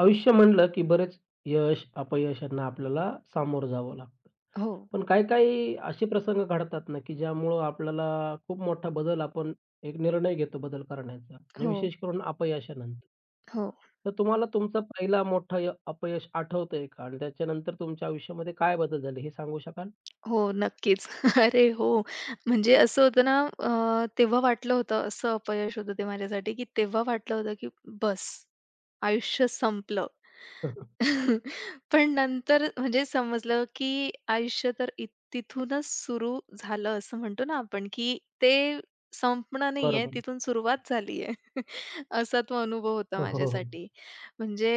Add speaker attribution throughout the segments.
Speaker 1: आयुष्य म्हणलं की बरेच यश, अपयश यांना आपल्याला सामोरं जावं लागतं.
Speaker 2: हो,
Speaker 1: पण काही-काही असे प्रसंग घडतात ना, की ज्यामुळं आपल्याला खूप मोठा बदल आपण एक निर्णय घेतो बदल करण्याचा आणि
Speaker 2: हो,
Speaker 1: विशेष करून अपयशानंतर.
Speaker 2: हो,
Speaker 1: तर तुम्हाला तुमचा पहिला मोठा अपयश आठवतंय का? आणि त्याच्यानंतर तुमच्या आयुष्यामध्ये काय बदल झाले हे सांगू शकाल?
Speaker 2: हो, नक्कीच. अरे हो, म्हणजे असं होतं ना तेव्हा वाटलं होतं असं अपयश होतं ते माझ्यासाठी, की तेव्हा वाटलं होतं की बस, आयुष्य संपलं. पण नंतर म्हणजे समजलं की आयुष्य तर तिथूनच सुरू झालं असं म्हणतो ना आपण, की ते संपणं नाहीये,
Speaker 1: बरोबर.
Speaker 2: तिथून सुरुवात झालीये. असा तो अनुभव होता
Speaker 1: हो, हो, हो, हो.
Speaker 2: माझ्यासाठी. म्हणजे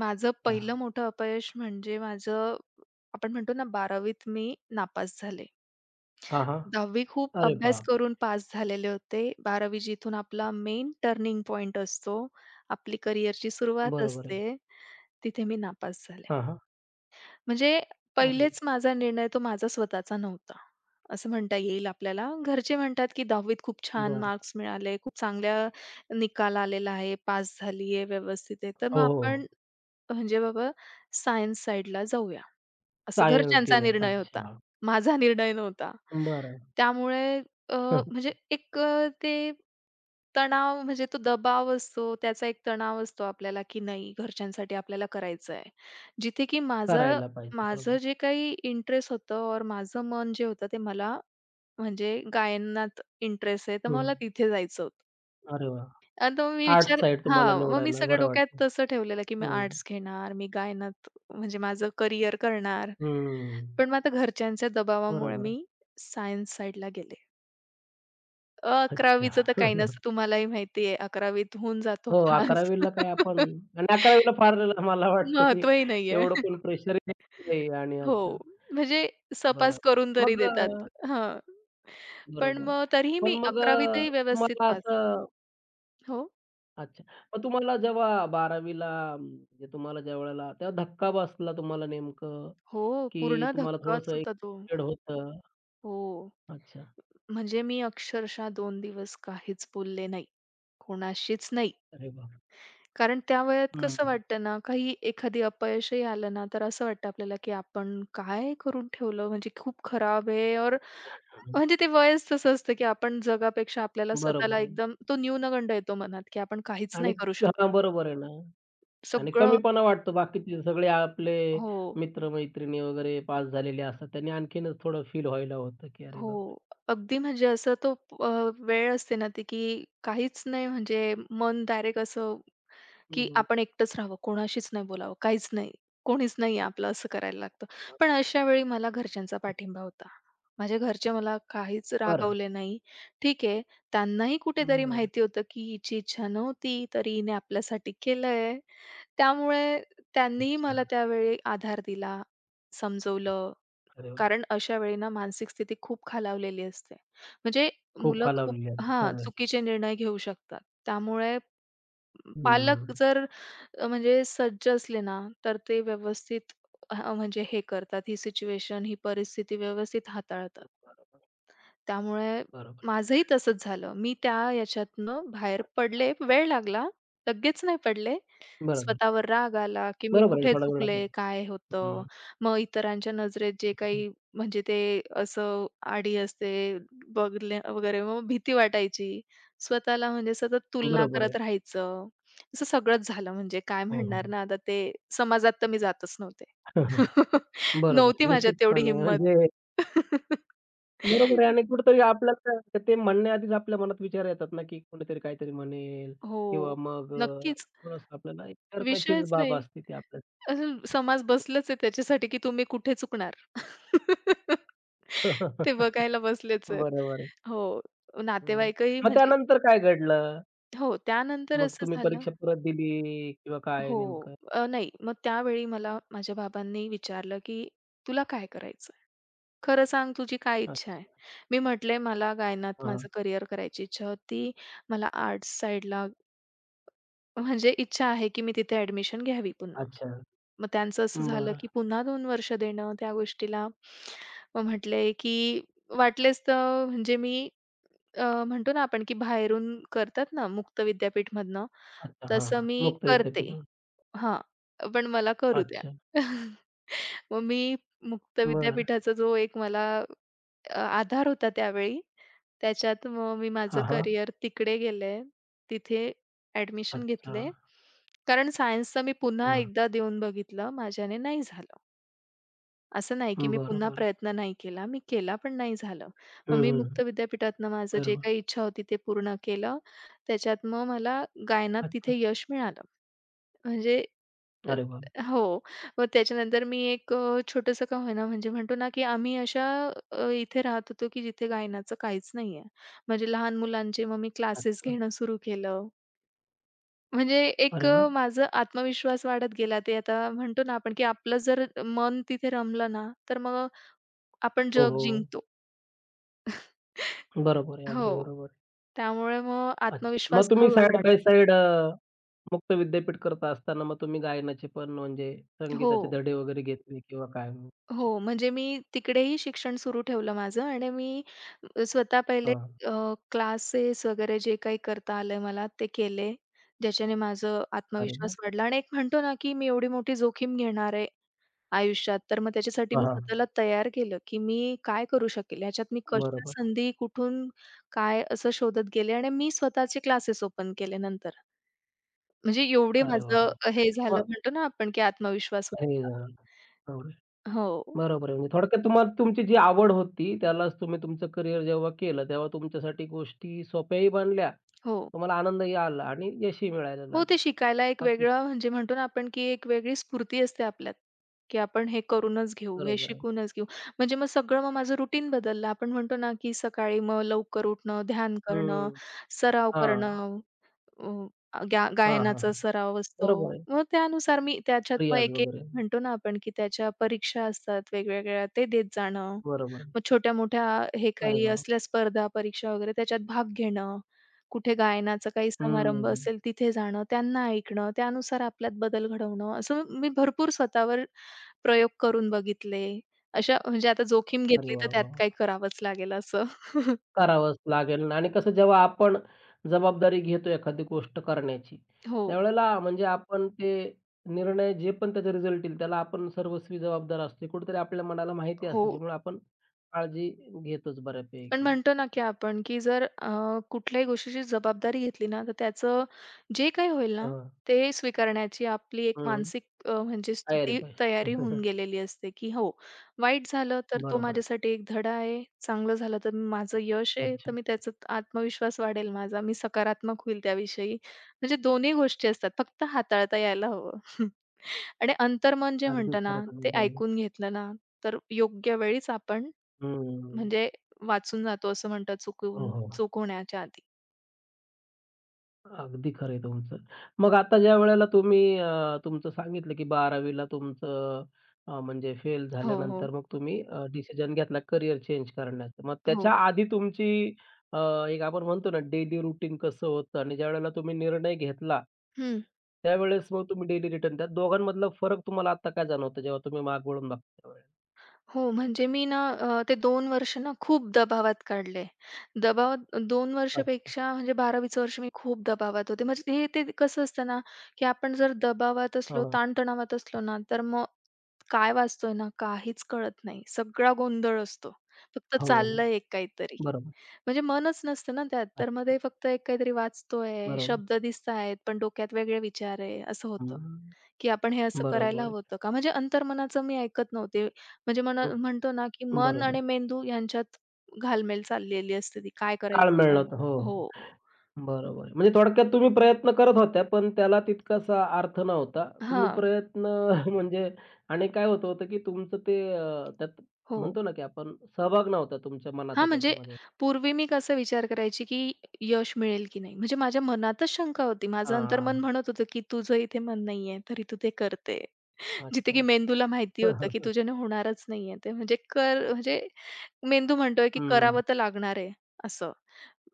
Speaker 2: माझं पहिलं मोठं अपयश म्हणजे माझं आपण म्हणतो ना 12वीत मी नापास झाले.
Speaker 1: हां, हां.
Speaker 2: 10वी खूप
Speaker 1: अरे
Speaker 2: अभ्यास करून
Speaker 1: बापरे!
Speaker 2: पास झालेले होते. 12वी जिथून आपला मेन टर्निंग पॉइंट असतो, आपली करिअरची सुरुवात
Speaker 1: बरोबर आहे.
Speaker 2: असते, तिथे मी नापास झाले.
Speaker 1: हां, हां.
Speaker 2: म्हणजे
Speaker 1: अरेरे!
Speaker 2: पहिलेच माझा निर्णय तो माझा स्वतःचा नव्हता, असं म्हणता येईल आपल्याला. घरचे म्हणतात, की 10वीत खूप छान
Speaker 1: बरं.
Speaker 2: मार्क्स मिळाले, खूप चांगला निकाल आलेला आहे, पास झाली व्यवस्थित आहे. तर मग
Speaker 1: हो, हो,
Speaker 2: आपण
Speaker 1: हो.
Speaker 2: म्हणजे बाबा सायन्स साइडला जाऊया. असं
Speaker 1: सायन्स
Speaker 2: घरच्यांचा
Speaker 1: घेऊयात.
Speaker 2: निर्णय होता.
Speaker 1: अच्छा.
Speaker 2: माझा निर्णय नव्हता.
Speaker 1: बरं.
Speaker 2: त्यामुळे अ,
Speaker 1: हं.
Speaker 2: म्हणजे एक ते तणाव म्हणजे तो दबाव असतो, त्याचा एक तणाव असतो आपल्याला, की नाही घरच्यांसाठी आपल्याला करायचं आहे. जिथे की माझं
Speaker 1: करायला पाहिजे.
Speaker 2: माझं
Speaker 1: बरोबर.
Speaker 2: जे काही इंटरेस्ट होतं और माझं मन जे होतं ते मला म्हणजे गायनात इंटरेस्ट आहे, तर
Speaker 1: हं.
Speaker 2: मला तिथे जायचं होतं.
Speaker 1: अरे वाह!
Speaker 2: आणि तो मी
Speaker 1: आर्ट्स
Speaker 2: विचार
Speaker 1: साइड तुम्हाला
Speaker 2: हां, मग मी
Speaker 1: निवडायला
Speaker 2: सगळं
Speaker 1: बरं
Speaker 2: डोक्यात
Speaker 1: वाटलं.
Speaker 2: तसं ठेवलेलं, की मी
Speaker 1: हं.
Speaker 2: आर्ट्स घेणार, मी गायनात म्हणजे माझं करियर करणार.
Speaker 1: हं.
Speaker 2: पण मग आता घरच्यांच्या दबावामुळे
Speaker 1: बरोबर
Speaker 2: मी
Speaker 1: आहे.
Speaker 2: सायन्स साइडला गेले. 11वीचं तर काही
Speaker 1: अच्छा.
Speaker 2: नसतं तुम्हालाही माहिती आहे 11वीत होऊन जातो
Speaker 1: हो,
Speaker 2: पास.
Speaker 1: 11वी ला काय आपण आणि 11वी ला फार मला वाटतं, की
Speaker 2: महत्त्वही नाहीये.
Speaker 1: एवढं कोण प्रेशर देत नाही आणि
Speaker 2: हो,
Speaker 1: अच्छा.
Speaker 2: म्हणजे सहपास
Speaker 1: बरं.
Speaker 2: करून तरी
Speaker 1: मग
Speaker 2: देतात. हां, पण
Speaker 1: बरोबर.
Speaker 2: मग तरीही
Speaker 1: पण
Speaker 2: मी
Speaker 1: मग
Speaker 2: 11वीतही व्यवस्थित
Speaker 1: तुम्हाला
Speaker 2: पास
Speaker 1: असं
Speaker 2: हो,
Speaker 1: अच्छा. मग तुम्हाला जेव्हा 12वी ला म्हणजे तुम्हाला ज्या वेळेला तेव्हा धक्का बसला तुम्हाला नेमकं,
Speaker 2: हो,
Speaker 1: की
Speaker 2: पूर्ण
Speaker 1: तुम्हाला
Speaker 2: धक्काच
Speaker 1: थोडंसं एक
Speaker 2: होता तो.
Speaker 1: होतं?
Speaker 2: हो.
Speaker 1: अच्छा.
Speaker 2: म्हणजे मी अक्षरशः दोन दिवस काहीच बोलले नाही. कोणाशीच नाही.
Speaker 1: अरे वाह!
Speaker 2: कारण त्या वयात
Speaker 1: हं,
Speaker 2: कसं वाटतं ना, काही एखादी अपयशही आलं ना, तर असं वाटतं आपल्याला, की आपण काय करून ठेवलं? म्हणजे खूप खराब आहे और
Speaker 1: हं.
Speaker 2: म्हणजे ते वयच तसं असतं, की आपण जगापेक्षा आपल्याला स्वतःला
Speaker 1: बरोबर आहे.
Speaker 2: एकदम तो न्यूनगंड येतो मनात, की आपण काहीच
Speaker 1: आणि
Speaker 2: नाही करू शकत.
Speaker 1: हां, बरोबर आहे ना. आणि
Speaker 2: सगळं
Speaker 1: कमीपणा वाटतो. बाकीचे सगळे आपले
Speaker 2: हो,
Speaker 1: मित्र-मैत्रिणी वगैरे पास झालेले असतात. त्यांनी आणखीनच थोडं फील व्हायला होतं, की अरे बाप!
Speaker 2: हो. अगदी म्हणजे असं तो अ, वेळ असते ना ती, की काहीच नाही म्हणजे मन डायरेक्ट असं की
Speaker 1: हं,
Speaker 2: आपण एकटंच राहावं, कोणाशीच नाही बोलावं, काहीच नाही, कोणीच नाही आहे आपलं असं करायला लागतं. पण अशा वेळी मला घरच्यांचा
Speaker 1: अच्छा.
Speaker 2: पाठिंबा होता. माझे घरचे मला काहीच
Speaker 1: बरं.
Speaker 2: रागवले नाही. ठीक आहे, त्यांनाही कुठेतरी
Speaker 1: बरं.
Speaker 2: माहिती होतं, की हिची इच्छा नव्हती, तरी हिने आपल्यासाठी केलंय. त्यामुळे त्यांनीही
Speaker 1: अच्छा.
Speaker 2: मला त्यावेळी आधार दिला, समजवलं.
Speaker 1: अरे वाह!
Speaker 2: कारण अशा वेळी ना मानसिक स्थिती खूप खालावलेली असते. म्हणजे
Speaker 1: खूप
Speaker 2: मुलं खूप
Speaker 1: खालावलेली असते.
Speaker 2: हां,
Speaker 1: खरं आहे.
Speaker 2: चुकीचे निर्णय घेऊ शकतात. त्यामुळे
Speaker 1: हं.
Speaker 2: पालक जर म्हणजे सज्ज असले ना, तर ते व्यवस्थित म्हणजे हे करतात, ही सिच्युएशन, ही परिस्थिती व्यवस्थित हाताळतात. त्यामुळे
Speaker 1: बरोबर.
Speaker 2: माझंही तसंच झालं. मी त्या ह्याच्यातनं बाहेर पडले. वेळ लागला, लगेच नाही पडले.
Speaker 1: बरोबर.
Speaker 2: स्वतःवर राग आला, की मी
Speaker 1: बरोबर आहे.
Speaker 2: कुठे
Speaker 1: थोडा वेळ लागतो.
Speaker 2: चुकले, काय
Speaker 1: हं.
Speaker 2: होतं? मग इतरांच्या नजरेत जे
Speaker 1: अच्छा.
Speaker 2: काही म्हणजे ते असं आडी असते बघले वगैरे मग भीती वाटायची. स्वतःला म्हणजे सतत तुलना
Speaker 1: बरोबर आहे.
Speaker 2: करत राहायचं. असं सगळंच झालं म्हणजे काय
Speaker 1: हो,
Speaker 2: म्हणणार
Speaker 1: हो.
Speaker 2: ना आता ते समाजात तर मी जातच नव्हते.
Speaker 1: बरोबर
Speaker 2: नव्हती
Speaker 1: आहे.
Speaker 2: माझ्यात तेवढी
Speaker 1: निश्चितपणे
Speaker 2: हिंमत.
Speaker 1: म्हणजे बरोबर आहे आणि कुठेतरी आपल्याला काय ते म्हणण्याआधीच आपल्या मनात विचार येतात ना, की कोणीतरी काहीतरी म्हणेल
Speaker 2: हो.
Speaker 1: किंवा मग
Speaker 2: नक्कीच.
Speaker 1: थोडंसं आपल्याला एक शरमेचीच
Speaker 2: विषयच
Speaker 1: बाब
Speaker 2: नाही.
Speaker 1: असते ती आपल्या
Speaker 2: असं समाज बसलाच आहे त्याच्यासाठी, की तुम्ही कुठे चुकणार. ते बघायला बसलेच आहेत.
Speaker 1: बरोबर आहे.
Speaker 2: हो.
Speaker 1: बरोबर.
Speaker 2: नातेवाईकही
Speaker 1: मग
Speaker 2: म्हणजे
Speaker 1: त्यानंतर काय घडलं?
Speaker 2: हो, त्यानंतर
Speaker 1: मग
Speaker 2: असं
Speaker 1: तुम्ही
Speaker 2: झालं
Speaker 1: परीक्षा परत दिली किंवा काय
Speaker 2: हो.
Speaker 1: नेमकं?
Speaker 2: नाही मग त्यावेळी मला माझ्या बाबांनी विचारलं, की "तुला काय करायचंय? खरं सांग तुझी काय इच्छा आहे?"
Speaker 1: अच्छा.
Speaker 2: मी म्हटले, "मला गायनात
Speaker 1: हां.
Speaker 2: माझं करियर करायची इच्छा होती. मला आर्ट्स साइडला म्हणजे इच्छा आहे, की मी तिथे ॲडमिशन घ्यावी पुन्हा.
Speaker 1: अच्छा.
Speaker 2: मग त्यांचं असं झालं,
Speaker 1: बरं.
Speaker 2: की पुन्हा 2 वर्ष देणं त्या गोष्टीला. मग म्हटले, की वाटलेच तर म्हणजे मी म्हणतो ना आपण, की बाहेरून करतात ना मुक्त विद्यापीठमधनं,
Speaker 1: अच्छा. हां.
Speaker 2: तसं मी
Speaker 1: मुक्त
Speaker 2: करते.
Speaker 1: विद्यापीठ.
Speaker 2: हां, पण मला करू द्या.
Speaker 1: अच्छा.
Speaker 2: मग मी मुक्त
Speaker 1: बरं.
Speaker 2: विद्यापीठाचा जो एक मला आधार होता त्यावेळी. त्याच्यात मग मी माझं
Speaker 1: हां, हां.
Speaker 2: करियर तिकडे गेले. तिथे ॲडमिशन
Speaker 1: अच्छा.
Speaker 2: घेतले. कारण सायन्सचं मी पुन्हा
Speaker 1: हां.
Speaker 2: एकदा देऊन बघितलं. माझ्याने नाही झालं. असं नाही की मी पुन्हा
Speaker 1: बरोबर.
Speaker 2: प्रयत्न नाही केला. मी केला पण नाही झालं. मग
Speaker 1: हं,
Speaker 2: मी
Speaker 1: हं.
Speaker 2: मुक्त विद्यापीठातनं माझं जे
Speaker 1: बरोबर.
Speaker 2: काही इच्छा होती ते पूर्ण केलं. त्याच्यात मग मला गायनात
Speaker 1: अच्छा.
Speaker 2: तिथे यश मिळालं. म्हणजे अ,
Speaker 1: अरे वाह! वाह!
Speaker 2: हो. मग त्याच्यानंतर मी एक छोटंसं का होईना म्हणजे म्हणतो ना, की आम्ही अशा इथे राहत होतो, की जिथे गायनाचं काहीच नाहीये. म्हणजे लहान मुलांचे मग मी क्लासेस
Speaker 1: अच्छा.
Speaker 2: घेणं सुरू केलं. म्हणजे एक
Speaker 1: अरे वाह!
Speaker 2: माझा आत्मविश्वास वाढत गेला. ते आता म्हणतो ना आपण, की आपलं जर मन तिथे रमलं ना, तर मग आपण
Speaker 1: हो,
Speaker 2: जग
Speaker 1: हो.
Speaker 2: जिंकतो.
Speaker 1: बरोबर आहे.
Speaker 2: हो.
Speaker 1: अगदी बरोबर आहे.
Speaker 2: त्यामुळे मग
Speaker 1: अच्छा. मग
Speaker 2: आत्मविश्वास
Speaker 1: तुम्ही
Speaker 2: हळू
Speaker 1: साइड
Speaker 2: वाढला.
Speaker 1: बाय साइड मुक्त विद्यापीठ करत असताना मग तुम्ही गायनाचे पण म्हणजे
Speaker 2: हो.
Speaker 1: संगीताचे धडे वगैरे घेतले किंवा काय? अच्छा.
Speaker 2: हो, म्हणजे मी तिकडेही शिक्षण सुरू ठेवलं माझं आणि मी स्वतः पहिले
Speaker 1: हां.
Speaker 2: अ, क्लासेस वगैरे जे काही करता आलंय मला ते केले. ज्याच्याने माझं
Speaker 1: अरे
Speaker 2: आत्मविश्वास
Speaker 1: वाह!
Speaker 2: वाढला आणि एक म्हणतो ना, की मी एवढी मोठी जोखीम घेणार आहे आयुष्यात, तर मग त्याच्यासाठी
Speaker 1: हां,
Speaker 2: मी
Speaker 1: हां.
Speaker 2: स्वतःला तयार केलं, की मी काय करू शकेल? ह्याच्यात मी कशा
Speaker 1: बरोबर.
Speaker 2: संधी कुठून काय असं शोधत गेले आणि मी स्वतःचे क्लासेस ओपन केले नंतर. म्हणजे एवढे
Speaker 1: अरे वाह,
Speaker 2: माझं
Speaker 1: वाह!
Speaker 2: हे झालं
Speaker 1: मग
Speaker 2: म्हणतो ना आपण, की आत्मविश्वास
Speaker 1: हे
Speaker 2: वाढला.
Speaker 1: बरोबर.
Speaker 2: हो,
Speaker 1: बरोबर आहे. म्हणजे थोडक्यात तुम्हाला तुमची जी आवड होती त्यालाच तुम्ही तुमचं करियर जेव्हा केलं तेव्हा तुमच्यासाठी गोष्टी सोप्याही बनल्या,
Speaker 2: हो.
Speaker 1: तुम्हाला आनंदही आला आणि यशही मिळायला
Speaker 2: हो, ते
Speaker 1: लागलं.
Speaker 2: शिकायला एक
Speaker 1: अतिशय
Speaker 2: वेगळं म्हणजे म्हणतो ना आपण, की एक वेगळी स्फूर्ती असते आपल्यात, की आपण हे करूनच घेऊ, हे
Speaker 1: बरोबर आहे.
Speaker 2: शिकूनच घेऊ. म्हणजे मग सगळं मग माझं रुटीन बदललं. आपण म्हणतो ना, की सकाळी मग लवकर उठणं, ध्यान करणं,
Speaker 1: हं.
Speaker 2: सराव
Speaker 1: हां.
Speaker 2: करणं, अ, गा
Speaker 1: हां, हां,
Speaker 2: गायनाचा
Speaker 1: हां.
Speaker 2: सराव असतो.
Speaker 1: बरोबर आहे.
Speaker 2: मग त्यानुसार मी त्याच्यात मग
Speaker 1: रियाज
Speaker 2: एक-एक
Speaker 1: वगैरे.
Speaker 2: म्हणतो ना आपण, की त्याच्या परीक्षा असतात वेगवेगळ्या, ते देत जाणं.
Speaker 1: बरोबर. आहे.
Speaker 2: मग छोट्या-मोठ्या हे
Speaker 1: अरे
Speaker 2: काही
Speaker 1: वाह!
Speaker 2: असल्या स्पर्धा, परीक्षा वगैरे त्याच्यात भाग घेणं. कुठे गायनाचा काही समारंभ
Speaker 1: हं.
Speaker 2: असेल तिथे जाणं, त्यांना ऐकणं, त्यानुसार आपल्यात बदल घडवणं. असं मी भरपूर स्वतःवर प्रयोग करून बघितले. अशा म्हणजे आता जोखीम
Speaker 1: अरे
Speaker 2: घेतली तर
Speaker 1: वाह,
Speaker 2: त्यात
Speaker 1: वाह!
Speaker 2: काही करावंच लागेल असं.
Speaker 1: करावंच लागेल ना आणि कसं जेव्हा आपण जबाबदारी घेतो एखादी गोष्ट करण्याची,
Speaker 2: हो,
Speaker 1: त्यावेळेला म्हणजे आपण ते निर्णय जे पण त्याचा रिझल्ट येईल त्याला आपण सर्वस्वी जबाबदार असतो. कुठेतरी आपल्या मनाला माहिती असतं.
Speaker 2: हो.
Speaker 1: त्याच्यामुळे आपण काळजी घेतोच
Speaker 2: पण
Speaker 1: बऱ्यापैकी.
Speaker 2: म्हणतो ना, की आपण, की जर कुठल्याही गोष्टीची जबाबदारी घेतली ना, तर त्याचं जे काही होईल ना,
Speaker 1: हां.
Speaker 2: ते स्वीकारण्याची आपली एक
Speaker 1: हं.
Speaker 2: मानसिक म्हणजे
Speaker 1: तयारी
Speaker 2: स्थिती
Speaker 1: पाहिजे.
Speaker 2: तयारी होऊन गेलेली असते, की हो, वाईट झालं तर तो
Speaker 1: बरोबर आहे.
Speaker 2: माझ्यासाठी एक धडा आहे, चांगलं झालं तर माझं यश आहे, तर
Speaker 1: अच्छा.
Speaker 2: मी त्याच्यात आत्मविश्वास वाढेल माझा, मी सकारात्मक होईल त्याविषयी. म्हणजे दोन्ही गोष्टी असतात, फक्त हाताळता यायला हवं. आणि अंतर्मन जे
Speaker 1: अगदी
Speaker 2: म्हणतं ना,
Speaker 1: खरं तुम्ही
Speaker 2: ते ऐकून
Speaker 1: बोललात.
Speaker 2: घेतलं ना, तर योग्य वेळीच आपण
Speaker 1: हं.
Speaker 2: म्हणजे वाचून जातो असं म्हणतात
Speaker 1: हो,
Speaker 2: चुकवून
Speaker 1: हो.
Speaker 2: चूक होण्याच्या आधी.
Speaker 1: अगदी खरं आहे तुमचं. मग
Speaker 2: हं.
Speaker 1: आता ज्यावेळेला तुम्ही तुमचं सांगितलं, की 12वीला तुमचं म्हणजे फेल
Speaker 2: हो, हो.
Speaker 1: झाल्यानंतर मग तुम्ही डिसिजन घेतला करियर चेंज करण्याचं. मग
Speaker 2: हो.
Speaker 1: त्याच्या आधी तुमची अ, एक आपण म्हणतो ना डेली रूटीन कसं होतं आणि ज्यावेळेला तुम्ही निर्णय घेतला,
Speaker 2: हं.
Speaker 1: त्यावेळेस मग तुम्ही डेली रिटर्न त्या दोघांमधला फरक तुम्हाला आता काय जाणवतो जेव्हा तुम्ही मागे वळून बघता त्यावेळेस?
Speaker 2: हो, म्हणजे मी ना ते दोन वर्ष ना खूप दबावात काढले. दबावात 2
Speaker 1: अच्छा.
Speaker 2: वर्षापेक्षा म्हणजे 12वीचं वर्ष मी खूप दबावात होते. म्हणजे हे ते कसं असतं ना, की आपण जर दबावात
Speaker 1: हां,
Speaker 2: असलो,
Speaker 1: हां.
Speaker 2: ताणतणावात असलो ना, तर मग काय वाचतोय ना, काहीच कळत नाही. सगळा गोंधळ असतो. फक्त
Speaker 1: हो, हो.
Speaker 2: चाललंय एक काहीतरी.
Speaker 1: बरोबर.
Speaker 2: म्हणजे मनच नसतं ना त्यात, तर मग
Speaker 1: अच्छा.
Speaker 2: ते फक्त एक काहीतरी वाचतोय,
Speaker 1: बरोबर.
Speaker 2: शब्द दिसतायत, पण डोक्यात वेगळे विचार आहे, असं होतं,
Speaker 1: हं.
Speaker 2: की आपण हे असं करायला
Speaker 1: बरोबर आहे.
Speaker 2: हवं होतं का? म्हणजे अंतर्मनाचं मी ऐकत नव्हते. म्हणजे मन
Speaker 1: हं,
Speaker 2: म्हणतो ना, की मन
Speaker 1: बरोबर आहे.
Speaker 2: आणि मेंदू यांच्यात घालमेल चाललेली असते ती. काय करायचं
Speaker 1: ताळमेळ
Speaker 2: काय
Speaker 1: नव्हता. हो, हो.
Speaker 2: हो.
Speaker 1: बरोबर आहे. म्हणजे थोडक्यात तुम्ही प्रयत्न करत होत्या, पण त्याला तितकासा अर्थ नव्हता. तुम्ही
Speaker 2: हां.
Speaker 1: प्रयत्न म्हणजे आणि काय होत होतं, की तुमचं ते त्यात
Speaker 2: हो.
Speaker 1: म्हणतो ना, की आपण सहभाग नव्हता तुमच्या
Speaker 2: हां,
Speaker 1: मनाचा
Speaker 2: म्हणजे
Speaker 1: त्याच्यामध्ये.
Speaker 2: पूर्वी मी कसं विचार करायची, की यश मिळेल की नाही? म्हणजे माझ्या मनातच शंका होती. माझं
Speaker 1: हां,
Speaker 2: अंतर्मन म्हणत होतं, की तुझं इथे मन नाहीये, तरी तू ते करते. जिथे
Speaker 1: अच्छा.
Speaker 2: की मेंदूला माहिती
Speaker 1: हं,
Speaker 2: होतं,
Speaker 1: हं,
Speaker 2: की
Speaker 1: हं.
Speaker 2: तुझ्याने होणारच नाहीये ते. म्हणजे कर म्हणजे मेंदू म्हणतोय, की
Speaker 1: हं,
Speaker 2: करावं तर लागणार आहे असं.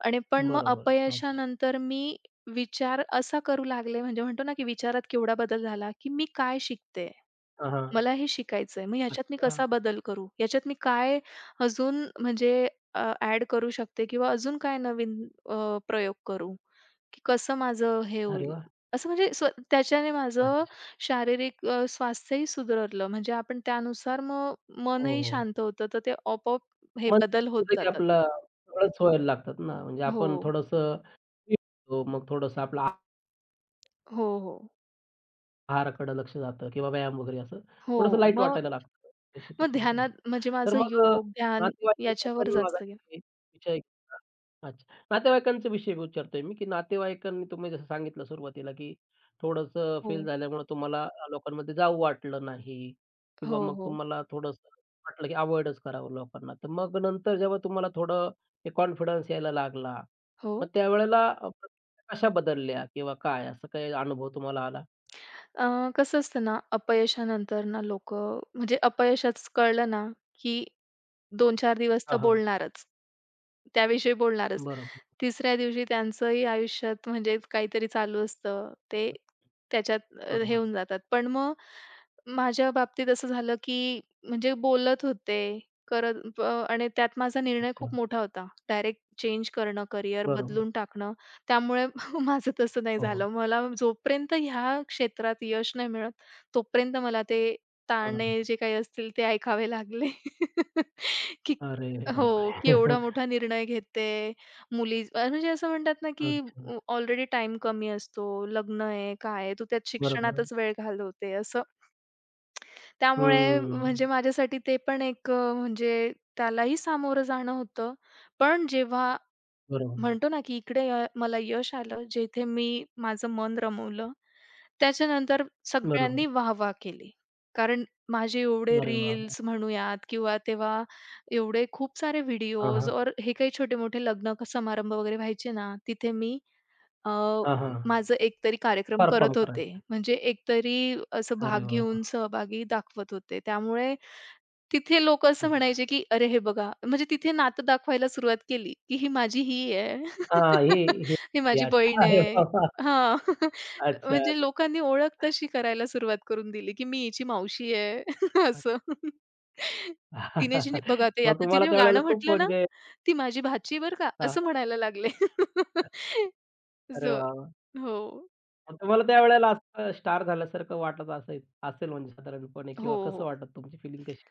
Speaker 2: आणि पण मग
Speaker 1: बरोबर. अच्छा.
Speaker 2: अपयशानंतर मी विचार असा करू लागले, म्हणजे म्हणतो ना, की विचारात केवढा बदल झाला, की मी काय शिकते?
Speaker 1: हां, हां.
Speaker 2: मला हे शिकायचंय. मग ह्याच्यात मी
Speaker 1: अच्छा.
Speaker 2: कसा बदल करू? ह्याच्यात मी काय अजून म्हणजे अ, करू शकते किंवा अजून काय नवीन अ, प्रयोग करू? की कसं माझं हे
Speaker 1: अरे
Speaker 2: होईल.
Speaker 1: वाह!
Speaker 2: असं म्हणजे स्व त्याच्याने माझं
Speaker 1: अच्छा.
Speaker 2: शारीरिक स्वास्थ्यही सुधारलं. म्हणजे आपण त्यानुसार मग
Speaker 1: हो.
Speaker 2: मनही शांत होतं, तर ते आपोआप हे
Speaker 1: मग
Speaker 2: बदल होत
Speaker 1: की
Speaker 2: जातात.
Speaker 1: आपलं सगळंच व्हायला लागतात ना, म्हणजे
Speaker 2: हो,
Speaker 1: आपण थोडंसं मग थोडंसं आपलं
Speaker 2: हो, हो,
Speaker 1: आहाराकडे लक्ष जातं किंवा व्यायाम वगैरे असं
Speaker 2: हो.
Speaker 1: थोडंसं लाईट
Speaker 2: मग
Speaker 1: वाटायला लागतं. निश्चितच
Speaker 2: मग
Speaker 1: हे बदल होतात.
Speaker 2: ध्यानात म्हणजे
Speaker 1: तर
Speaker 2: माझं
Speaker 1: मग
Speaker 2: योग, ध्यान
Speaker 1: नातेवाईकांचा
Speaker 2: याच्यावर
Speaker 1: पण
Speaker 2: जास्त गेलं.
Speaker 1: मगाशी विषय घेतला. अच्छा. नातेवाईकांचा विषय विचारतोय मी, की नातेवाईकांनी तुम्ही जसं सांगितलं सुरुवातीला, की थोडंसं
Speaker 2: हो,
Speaker 1: फेल झाल्यामुळे तुम्हाला लोकांमध्ये जावं वाटलं नाही
Speaker 2: हो,
Speaker 1: किंवा मग
Speaker 2: हो,
Speaker 1: तुम्हाला थोडंसं वाटलं, की अव्हॉइडच करावं लोकांना. तर मग नंतर जेव्हा तुम्हाला थोडं हे कॉन्फिडन्स यायला लागला,
Speaker 2: हो.
Speaker 1: मग त्यावेळेला कशा बदलल्या किंवा काय असं काही अनुभव तुम्हाला आला?
Speaker 2: कसं असतं ना, अपयशानंतर ना लोकं म्हणजे अपयशच कळलं ना, की 2-4 दिवस तर
Speaker 1: हां,
Speaker 2: बोलणारच. त्याविषयी बोलणारच.
Speaker 1: बरोबर,
Speaker 2: तिसऱ्या दिवशी त्यांचंही आयुष्यात म्हणजे काहीतरी चालू असतं. ते त्याच्यात हे
Speaker 1: बरोबर.
Speaker 2: होऊन जातात. पण मग माझ्या बाबतीत असं झालं, की म्हणजे बोलत होते, करत ब आणि त्यात माझा निर्णय
Speaker 1: अच्छा,
Speaker 2: खूप मोठा होता. डायरेक्ट चेंज करणं, करियर
Speaker 1: बरोबर.
Speaker 2: बदलून टाकणं. त्यामुळे माझं तसं नाही
Speaker 1: हो, हो.
Speaker 2: झालं. मला जोपर्यंत ह्या क्षेत्रात यश नाही मिळत, तोपर्यंत मला ते ताणे
Speaker 1: हां.
Speaker 2: जे काही असतील ते ऐकावे लागले. की
Speaker 1: अरे
Speaker 2: हो, की एवढा
Speaker 1: बापरे!
Speaker 2: मोठा निर्णय घेते. मुली म्हणजे असं म्हणतात ना, की
Speaker 1: अच्छा,
Speaker 2: ऑलरेडी टाईम कमी असतो. लग्न आहे, काय आहे, तू त्यात
Speaker 1: बरोबर.
Speaker 2: शिक्षणातच वेळ घालवते असं. त्यामुळे
Speaker 1: हम्म.
Speaker 2: म्हणजे माझ्यासाठी ते पण एक म्हणजे त्यालाही सामोरं जाणं होतं. पण जेव्हा
Speaker 1: बरोबर,
Speaker 2: म्हणतो ना, की इकडे मला यश आलं, जेथे मी माझं मन रमवलं. त्याच्यानंतर
Speaker 1: बरोबर.
Speaker 2: सगळ्यांनी वाह-वाह केली. कारण माझे एवढे
Speaker 1: अरे वाह!
Speaker 2: रील्स
Speaker 1: वाह!
Speaker 2: म्हणूयात किंवा तेव्हा एवढे खूप सारे
Speaker 1: हां,
Speaker 2: व्हिडिओज
Speaker 1: हां.
Speaker 2: और हे काही छोटे-मोठे लग्न समारंभ वगैरे व्हायचे ना, तिथे मी अ,
Speaker 1: हां, हां.
Speaker 2: माझं एकतरी कार्यक्रम
Speaker 1: परफॉर्म
Speaker 2: करत होते.
Speaker 1: करायचं.
Speaker 2: म्हणजे एकतरी असं भाग
Speaker 1: अरे वाह!
Speaker 2: घेऊन
Speaker 1: वाह!
Speaker 2: सहभागी दाखवत होते. त्यामुळे तिथे लोकं असं
Speaker 1: अच्छा.
Speaker 2: म्हणायचे, की "अरे हे बघा." म्हणजे तिथे नातं दाखवायला सुरुवात केली, की "ही माझी ही आहे.
Speaker 1: हां, हे हे
Speaker 2: ही
Speaker 1: हे
Speaker 2: माझी
Speaker 1: अच्छा.
Speaker 2: बहीण
Speaker 1: अरे
Speaker 2: आहे."
Speaker 1: वाह! वाह!
Speaker 2: हां.
Speaker 1: अच्छा,
Speaker 2: म्हणजे
Speaker 1: अरे
Speaker 2: लोकांनी ओळख तशी करायला सुरुवात करून दिली, की "मी हिची मावशी आहे."
Speaker 1: वाह!
Speaker 2: असं. तिने जिने बघा ते
Speaker 1: मग
Speaker 2: आता
Speaker 1: तुम्हाला
Speaker 2: तिने
Speaker 1: त्यावेळेला
Speaker 2: गाणं
Speaker 1: खूप
Speaker 2: म्हटलं ना,
Speaker 1: म्हणजे
Speaker 2: "ती माझी भाची बरं का."
Speaker 1: हां, हां.
Speaker 2: असं म्हणायला लागले.
Speaker 1: अरे
Speaker 2: असं.
Speaker 1: वाह! वाह!
Speaker 2: हो.
Speaker 1: मग तुम्हाला त्यावेळेला असं स्टार झाल्यासारखं वाटत असेल असेल म्हणजे साधारणपणे
Speaker 2: हो,
Speaker 1: किंवा
Speaker 2: हो.
Speaker 1: कसं वाटत तुमची फिलिंग कशी?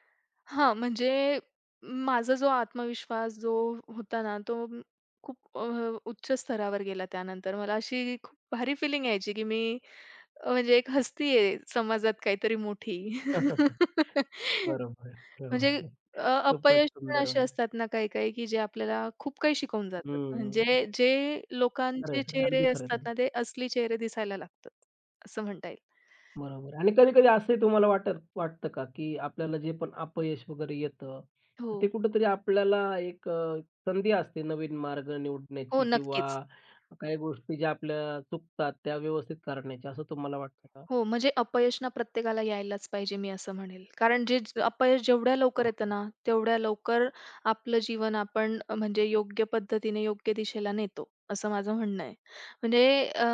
Speaker 2: हां, म्हणजे माझा जो आत्मविश्वास जो होता ना, खूप उच्च स्तरावर गेला त्यानंतर. मला अशी खूप भारी फिलिंग यायची, की मी म्हणजे एक हस्ती आहे समाजात काहीतरी मोठी.
Speaker 1: बरोबर आहे.
Speaker 2: म्हणजे
Speaker 1: बरोबर.
Speaker 2: अ,
Speaker 1: खूपच
Speaker 2: अपयश पण
Speaker 1: सुंदर
Speaker 2: असे
Speaker 1: म्हणजे.
Speaker 2: असतात ना काही-काही, की जे आपल्याला खूप काही शिकवून जातात.
Speaker 1: हं.
Speaker 2: म्हणजे जे
Speaker 1: खरं
Speaker 2: लोकांचे
Speaker 1: आहे,
Speaker 2: चेहरे
Speaker 1: अगदी खरं
Speaker 2: असतात
Speaker 1: आहे.
Speaker 2: ना, ते असली चेहरे दिसायला लागतात, असं म्हणता येईल.
Speaker 1: बरोबर आणि कधी-कधी असंही तुम्हाला वाटतं का, की आपल्याला जे पण अपयश वगैरे येतं,
Speaker 2: हो,
Speaker 1: तर ते कुठेतरी आपल्याला एक संधी असते नवीन मार्ग
Speaker 2: हो,
Speaker 1: निवडण्याची किंवा
Speaker 2: नक्कीच.
Speaker 1: काही गोष्टी ज्या आपल्या चुकतात त्या व्यवस्थित करण्याची असं तुम्हाला वाटतं का?
Speaker 2: हो, म्हणजे अपयश ना प्रत्येकाला यायलाच पाहिजे मी असं म्हणेल. कारण जे अपयश जेवढ्या लवकर
Speaker 1: हो.
Speaker 2: येतं ना, तेवढ्या लवकर आपलं जीवन आपण म्हणजे योग्य पद्धतीने, योग्य दिशेला नेतो, असं माझं म्हणणं आहे. म्हणजे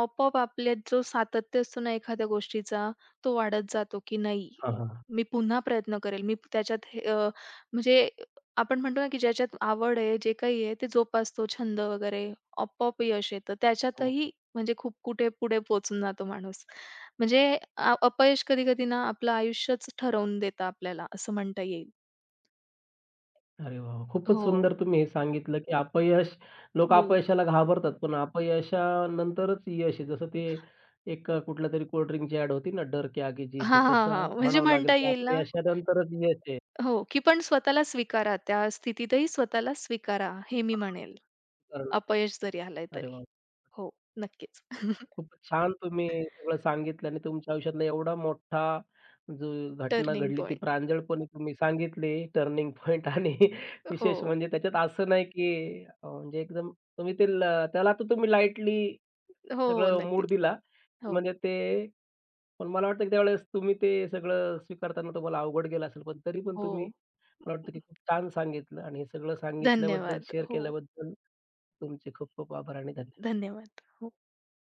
Speaker 2: आपोआप आपल्यात जो सातत्य असतो ना एखाद्या गोष्टीचा, तो वाढत जातो की नाही,
Speaker 1: हां, हां.
Speaker 2: मी पुन्हा प्रयत्न करेल. मी त्याच्यात हे म्हणजे आपण म्हणतो ना की ज्याच्यात आवड आहे, जे काही आहे ते जोपासतो छंद वगैरे, आपोआप यश येतं.
Speaker 1: हो.
Speaker 2: त्याच्यातही म्हणजे खूप कुठे पुढे पोहोचून जातो माणूस. म्हणजे अ अपयश कधी-कधी ना आपलं आयुष्यच ठरवून देतं आपल्याला असं म्हणता येईल.
Speaker 1: अरे वाह! खूपच
Speaker 2: हो,
Speaker 1: सुंदर तुम्ही हे सांगितलं, की अपयश लोकं
Speaker 2: हो.
Speaker 1: अपयशाला घाबरतात, पण अपयशानंतरच यश आहे. जसं ते एक कुठल्यातरी कोल्डड्रिंकची ॲड होती ना, डर के आगे जीत
Speaker 2: हां,
Speaker 1: है,
Speaker 2: हां, हां.
Speaker 1: तसं
Speaker 2: म्हणजे
Speaker 1: म्हणावं लागेल,
Speaker 2: म्हणता
Speaker 1: की
Speaker 2: येईल ना
Speaker 1: अपयशानंतरच यश आहे.
Speaker 2: हो, की पण स्वतःला स्वीकारा. त्या स्थितीतही स्वतःला स्वीकारा, हे मी म्हणेल.
Speaker 1: कारण
Speaker 2: अपयश जरी आलंय
Speaker 1: अरे
Speaker 2: तरी.
Speaker 1: वाह!
Speaker 2: हो, नक्कीच.
Speaker 1: खूपच छान तुम्ही सगळं सांगितलं आणि तुमच्या आयुष्यातला एवढा मोठा जो घटना
Speaker 2: टर्निंग
Speaker 1: घडली ती
Speaker 2: पॉइंट.
Speaker 1: प्रांजळपणे तुम्ही सांगितली, टर्निंग पॉइंट आणि विशेष
Speaker 2: हो,
Speaker 1: म्हणजे त्याच्यात असं नाही, की म्हणजे एकदम तुम्ही ते त्याला तर तुम्ही लाईटली
Speaker 2: हो, हो
Speaker 1: सगळं मूड
Speaker 2: नक्कीच.
Speaker 1: दिला.
Speaker 2: हो,
Speaker 1: म्हणजे ते पण मला वाटतं की त्यावेळेस तुम्ही ते सगळं स्वीकारताना तुम्हाला अवघड गेलं असेल. पण तरी
Speaker 2: हो.
Speaker 1: तुम्ही मला वाटतं की खूप छान सांगितलं आणि हे सगळं सांगितल्याबद्दल,
Speaker 2: धन्यवाद.
Speaker 1: शेअर
Speaker 2: हो,
Speaker 1: केल्याबद्दल तुमचे खूप खूप आभार आणि धन्यवाद.
Speaker 2: धन्यवाद. हो.